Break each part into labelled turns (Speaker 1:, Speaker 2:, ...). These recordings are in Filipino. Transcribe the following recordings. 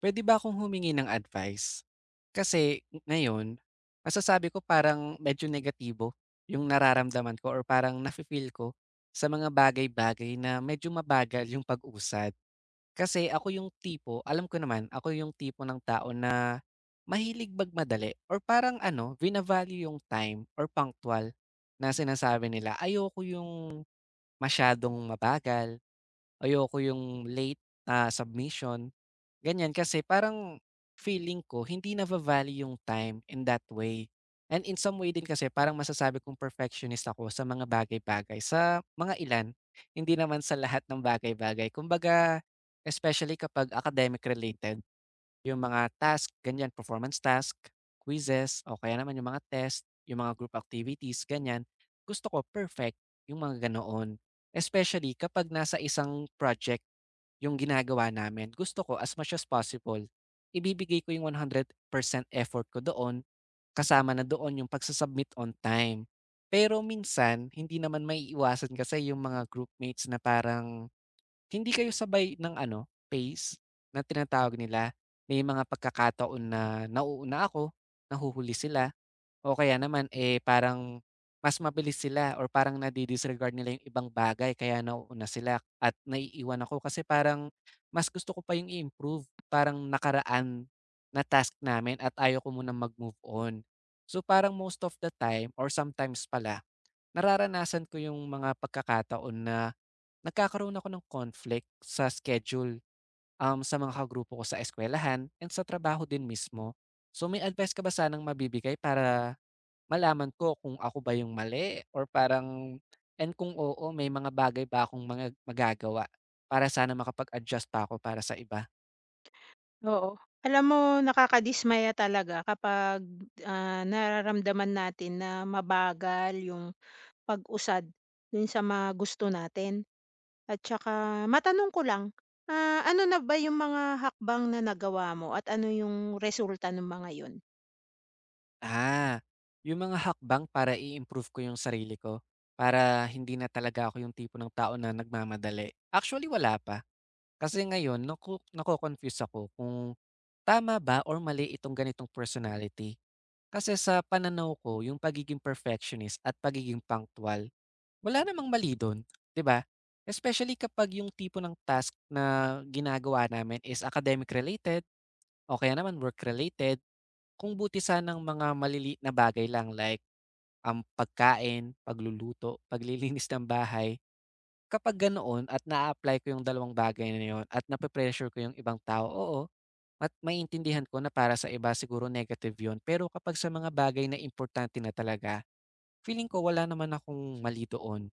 Speaker 1: Puwede ba akong humingi ng advice? Kasi ngayon, masasabi ko parang medyo negatibo yung nararamdaman ko or parang nafe-feel ko sa mga bagay-bagay na medyo mabagal yung pag-usad. Kasi ako yung tipo alam ko naman ako yung tipo ng tao na mahilig magmadali or parang ano, vina-value yung time or punctual na sinasabi nila. Ayoko yung masyadong mabagal, ayoko yung late na submission. Ganyan, kasi parang feeling ko hindi na value yung time in that way. And in some way din kasi parang masasabi kong perfectionist ako sa mga bagay-bagay, sa mga ilan, hindi naman sa lahat ng bagay-bagay. Kumbaga, especially kapag academic related, yung mga task, ganyan, performance task, quizzes, o kaya naman yung mga test, yung mga group activities, ganyan, gusto ko perfect yung mga ganoon. Especially kapag nasa isang project yung ginagawa namin, gusto ko as much as possible, ibibigay ko yung 100% effort ko doon, kasama na doon yung pagsa on time. Pero minsan, hindi naman may iwasan kasi yung mga groupmates na parang hindi kayo sabay ng ano, pace na tinatawag nila. May mga pagkakataon na nauuna ako, nahuhuli sila. O kaya naman, eh, parang mas mabilis sila or parang nadi-disregard nila yung ibang bagay kaya nauuna sila at naiiwan ako kasi parang mas gusto ko pa yung i-improve parang nakaraan na task namin at ayaw ko munang mag-move on. So parang most of the time or sometimes pala, nararanasan ko yung mga pagkakataon na nagkakaroon ako ng conflict sa schedule sa mga kagrupo ko sa eskwelahan and sa trabaho din mismo. So may advice ka ba sanang mabibigay para malaman ko kung ako ba yung mali or parang and kung oo, may mga bagay ba akong mga magagawa para sana makapag-adjust pa ako para sa iba.
Speaker 2: Oo. Alam mo nakakadismaya talaga kapag, nararamdaman natin na mabagal yung pag-usad dun sa mga gusto natin. At tsaka matanong ko lang, ano na ba yung mga hakbang na nagawa mo at ano yung resulta ng mga yun?
Speaker 1: Ah, yung mga hakbang para i-improve ko yung sarili ko, para hindi na talaga ako yung tipo ng tao na nagmamadali. Actually, wala pa. Kasi ngayon, naku nako-confuse ako kung tama ba or mali itong ganitong personality. Kasi sa pananaw ko, yung pagiging perfectionist at pagiging punctual wala namang mali dun, 'di ba? Especially kapag yung tipo ng task na ginagawa namin is academic related o kaya naman work related, kung buti sanang mga maliliit na bagay lang like ang pagkain, pagluluto, paglilinis ng bahay. Kapag ganoon at naa-apply ko yung dalawang bagay na yun at nape-pressure ko yung ibang tao, oo, at maiintindihan ko na para sa iba siguro negative yun. Pero kapag sa mga bagay na importante na talaga, feeling ko wala naman akong mali doon.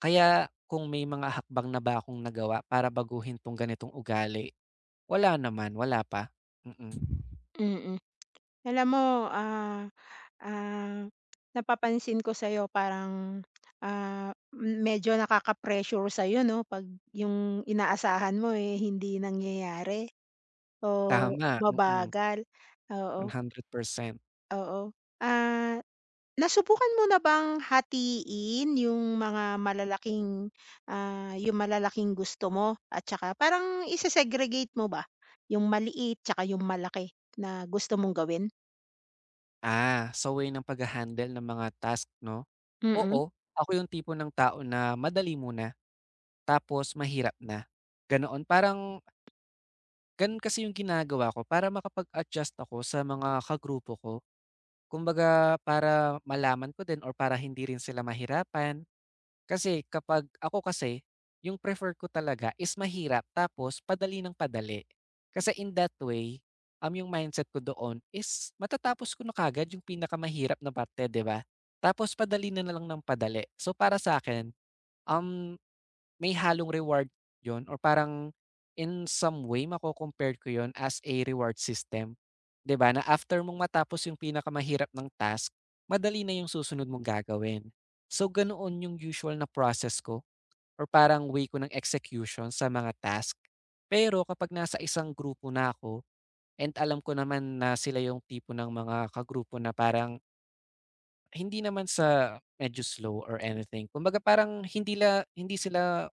Speaker 1: Kaya kung may mga hakbang na ba akong nagawa para baguhin 'tong ganitong ugali, wala naman, wala pa. Mm.
Speaker 2: Mm. Alam mo, ah, ah, napapansin ko sa'yo parang, ah, medyo nakaka-pressure sa'yo 'no, 'pag yung inaasahan mo, eh, hindi nangyayari. Oh,
Speaker 1: Tama, mm,
Speaker 2: mabagal, oo,
Speaker 1: 100%.
Speaker 2: oo. Ah, Nasubukan mo na bang hatiin yung mga malalaking, yung malalaking gusto mo at saka parang ise-segregate mo ba yung maliit tsaka yung malaki na gusto mong gawin?
Speaker 1: Ah, sa way ng pag handle ng mga task 'no?
Speaker 2: Mm,
Speaker 1: Oo, ako yung tipo ng tao na madali muna, tapos mahirap na, ganoon. Parang gano'n kasi yung ginagawa ko para makapag-adjust ako sa mga kagrupo ko. Kumbaga para malaman ko din or para hindi rin sila mahirapan. Kasi kapag ako kasi, yung prefer ko talaga is mahirap tapos padali ng padali. Kasi in that way, yung mindset ko doon is matatapos ko na kagad yung pinakamahirap na parte, 'di ba? Tapos padali na na lang ng padali. So para sa akin, um may halong reward yon or parang in some way mako-compare ko 'yun as a reward system, 'di ba, na after mong matapos yung pinakamahirap ng task, madali na yung susunod mong gagawin. So ganoon yung usual na process ko or parang way ko ng execution sa mga task. Pero kapag nasa isang grupo na ako and alam ko naman na sila yung tipo ng mga kagrupo na parang hindi naman sa medyo slow or anything, kumbaga parang hindi sila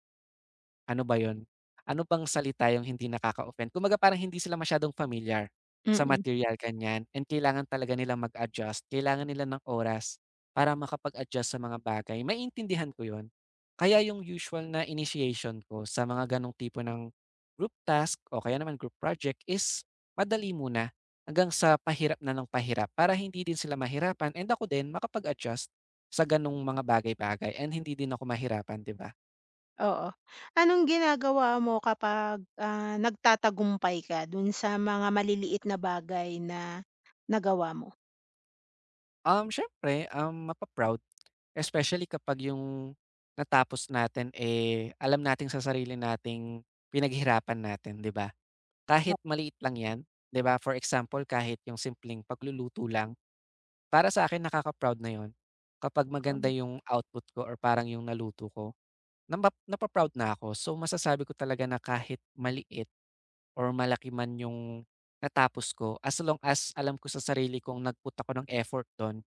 Speaker 1: ano ba yun? Ano bang salita yung hindi nakaka-offend? Kumbaga parang hindi sila masyadong familiar sa
Speaker 2: mm,
Speaker 1: material, ganyan, and kailangan talaga nilang mag-adjust. Kailangan nila ng oras para makapag-adjust sa mga bagay. Maiintindihan ko yun. Kaya yung usual na initiation ko sa mga ganong tipo ng group task o kaya naman group project is madali muna hanggang sa pahirap na ng pahirap para hindi din sila mahirapan and ako din makapag-adjust sa ganong mga bagay-bagay and hindi din ako mahirapan, di ba?
Speaker 2: oo. Anong ginagawa mo kapag, nagtatagumpay ka dun sa mga maliliit na bagay na nagawa mo?
Speaker 1: Syempre, mapaproud, especially kapag yung natapos natin, eh, alam nating sa sarili nating pinaghirapan natin, 'di ba? Kahit maliit lang 'yan, 'di ba? For example, kahit yung simpleng pagluluto lang, para sa akin nakaka-proud na yon. Kapag maganda
Speaker 2: Oo.
Speaker 1: yung output ko or parang yung naluto ko, namba napa-proud na ako. So, masasabi ko talaga na kahit maliit or malaki man yung natapos ko, as long as alam ko sa sarili kong nagput ako ng effort do'n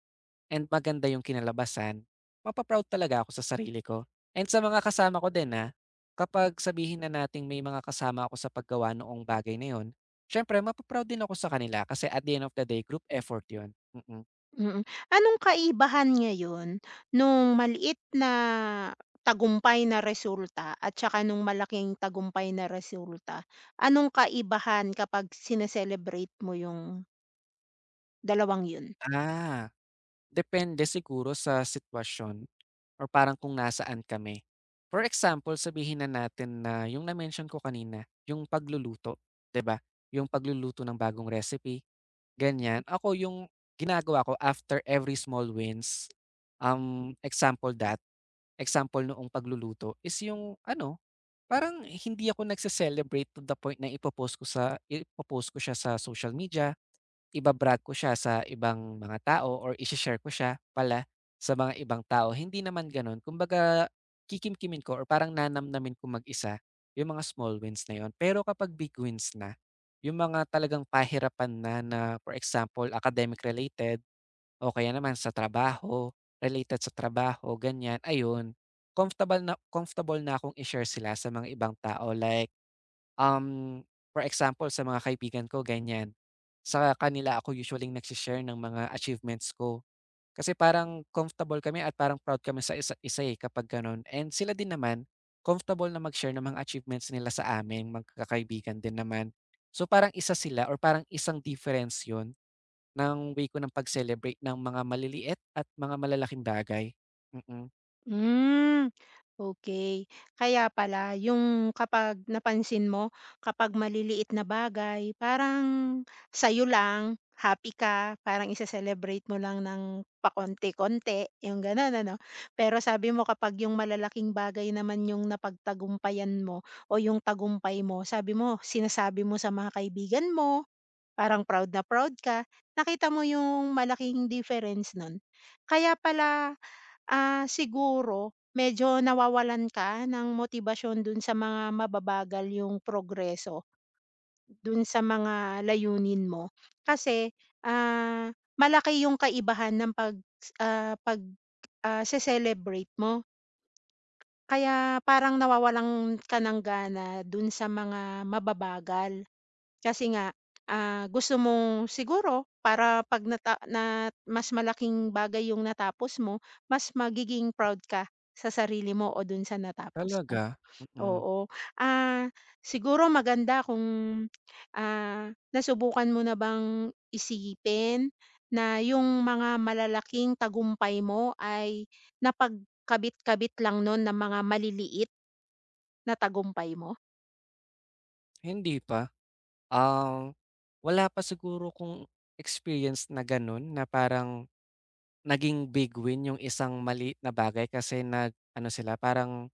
Speaker 1: and maganda yung kinalabasan, mapaproud talaga ako sa sarili ko and sa mga kasama ko din, ha. Kapag sabihin na nating may mga kasama ako sa paggawa noong bagay na yun, siyempre mapa din ako sa kanila kasi at the end of the day group effort yun, mm.
Speaker 2: Mm. Anong kaibahan ngayon nung maliit na tagumpay na resulta at tsaka nung malaking tagumpay na resulta? Anong kaibahan kapag sine-celebrate mo yung dalawang yun?
Speaker 1: Ah, depende siguro sa sitwasyon or parang kung nasaan kami. For example, sabihin na natin na yung na-mention ko kanina, yung pagluluto, 'di ba? Yung pagluluto ng bagong recipe. Ganyan. Ako yung ginagawa ko after every small wins, example that, example noong pagluluto is yung ano, parang hindi ako nagse-celebrate to the point na ipo-post ko siya sa social media iba-brag ko siya sa ibang mga tao or ishe-share ko siya pala sa mga ibang tao. Hindi naman gano'n. Kumbaga, kikimkimin ko or parang nanamnamin ko mag-isa yung mga small wins na yun. Pero kapag big wins na, yung mga talagang pahirapan na na for example, academic related o kaya naman sa trabaho, related sa trabaho, ganyan, ayun, comfortable na akong i-share sila sa mga ibang tao like Um, for example sa mga kaibigan ko ganyan, sa kanila ako usually nagse ng mga achievements ko. Kasi parang comfortable kami at parang proud kami sa isa't isa, eh, kapag gano'n and sila din naman comfortable na mag-share ng mga achievements nila sa amin, magkakaibigan din naman. So, parang isa sila or parang isang difference 'yun ng way ko ng pag-celebrate ng mga maliliit at mga malalaking bagay. Mm,
Speaker 2: Hmm. Okay. Kaya pala yung kapag napansin mo, kapag maliliit na bagay parang sa'yo lang, happy ka, parang ise-celebrate mo lang ng pakonti-konti, yung gano'n ano? Pero sabi mo kapag yung malalaking bagay naman yung napagtagumpayan mo o yung tagumpay mo, sabi mo sinasabi mo sa mga kaibigan mo, parang proud na proud ka. Nakita mo yung malaking difference nun. Kaya pala siguro medyo nawawalan ka ng motibasyon dun sa mga mababagal yung progreso dun sa mga layunin mo. Kasi, ah, malaki yung kaibahan ng pag pag, se-celebrate mo. Kaya parang nawawalan ka ng gana dun sa mga mababagal. Kasi nga, gusto mong siguro para 'pag nata na mas malaking bagay yung natapos mo, mas magiging proud ka sa sarili mo o dun sa natapos mo,
Speaker 1: talaga, mm,
Speaker 2: oo. Ah, Siguro maganda kung, nasubukan mo na bang isipin na yung mga malalaking tagumpay mo ay napagkabit-kabit lang nun ng mga maliliit na tagumpay mo?
Speaker 1: hindi pa. Um, wala pa siguro kung experience na gano'n na parang naging big win yung isang maliit na bagay kasi nag-ano sila parang,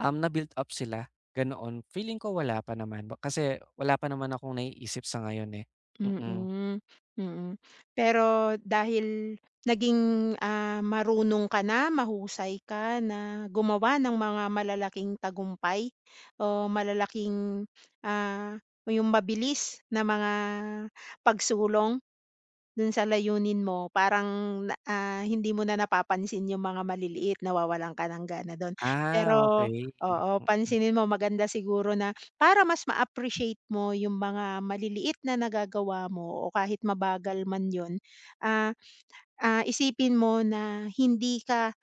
Speaker 1: na build up sila, ganoon. Feeling ko wala pa naman ba kasi wala pa naman akong naiisip sa ngayon, eh, mm.
Speaker 2: Mm, mm. Pero dahil naging, marunong ka na, mahusay ka na gumawa ng mga malalaking tagumpay o malalaking, ah, o yung mabilis na mga pagsulong. Dun sa layunin mo parang na hindi mo na napapansin yung mga maliliit, nawawalan ka ng gana dun.
Speaker 1: Ah,
Speaker 2: Pero
Speaker 1: okay.
Speaker 2: oo,
Speaker 1: Mm.
Speaker 2: pansinin mo maganda siguro na para mas ma-appreciate mo yung mga maliliit na nagagawa mo o kahit mabagal man yun, ah, isipin mo na hindi ka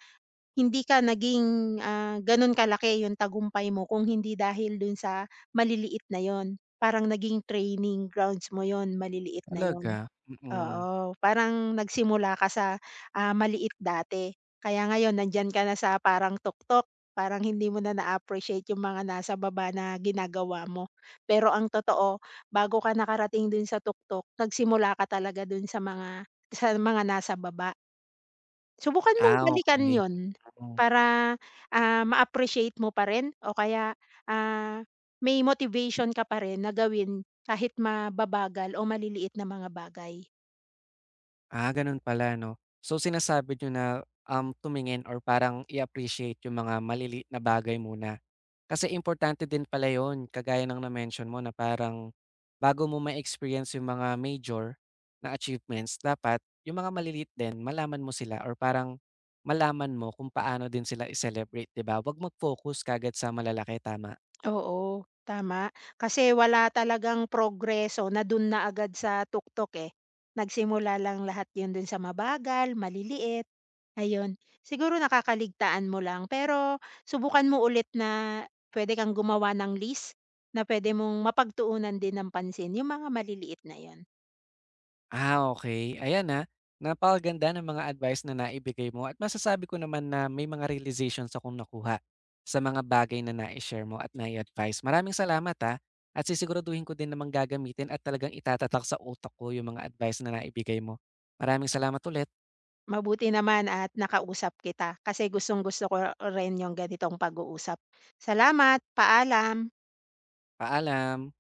Speaker 2: hindi ka naging, ganun kalaki yung tagumpay mo kung hindi dahil dun sa maliliit na yon. Parang naging training grounds mo yon maliliit na
Speaker 1: Talaga?
Speaker 2: yon.
Speaker 1: Mm.
Speaker 2: Oo, parang nagsimula ka sa, maliit dati. Kaya ngayon nandiyan ka na sa parang tuktok, parang hindi mo na na-appreciate yung mga nasa baba na ginagawa mo. Pero ang totoo, bago ka nakarating dun sa tuktok, nagsimula ka talaga dun sa mga nasa baba. Subukan mong
Speaker 1: Ah,
Speaker 2: balikan
Speaker 1: okay.
Speaker 2: yon
Speaker 1: Mm.
Speaker 2: para, ma-appreciate mo pa rin o kaya, ah, may motivation ka pa rin na gawin kahit mababagal o maliliit na mga bagay.
Speaker 1: Ah, ganun pala 'no. So sinasabi niyo na, tumingin or parang i-appreciate yung mga maliliit na bagay muna. Kasi importante din pala yun kagaya ng na-mention mo na parang bago mo ma-experience yung mga major na achievements dapat yung mga maliliit din malaman mo sila or parang malaman mo kung paano din sila i-celebrate, 'di ba? Huwag mag-focus kagad sa malalaki, tama?
Speaker 2: Oo, tama. Kasi wala talagang progreso na dun na agad sa tuktok, eh. Nagsimula lang lahat yun dun sa mabagal, maliliit, ayun. Siguro nakakaligtaan mo lang pero subukan mo ulit na pwede kang gumawa ng list na pwede mong mapagtuunan din ng pansin yung mga maliliit na yun.
Speaker 1: Ah, okay. Ayan, ah, napakaganda ng mga advice na naibigay mo at masasabi ko naman na may mga realizations akong nakuha sa mga bagay na na share mo at nai-advice. Maraming salamat, ah, at sisiguraduhin ko din namang gagamitin at talagang itatatak sa utak ko yung mga advice na naibigay mo. Maraming salamat ulit.
Speaker 2: Mabuti naman at nakausap kita kasi gustong-gusto ko rin yung ganitong pag-uusap. Salamat, paalam.
Speaker 1: Paalam.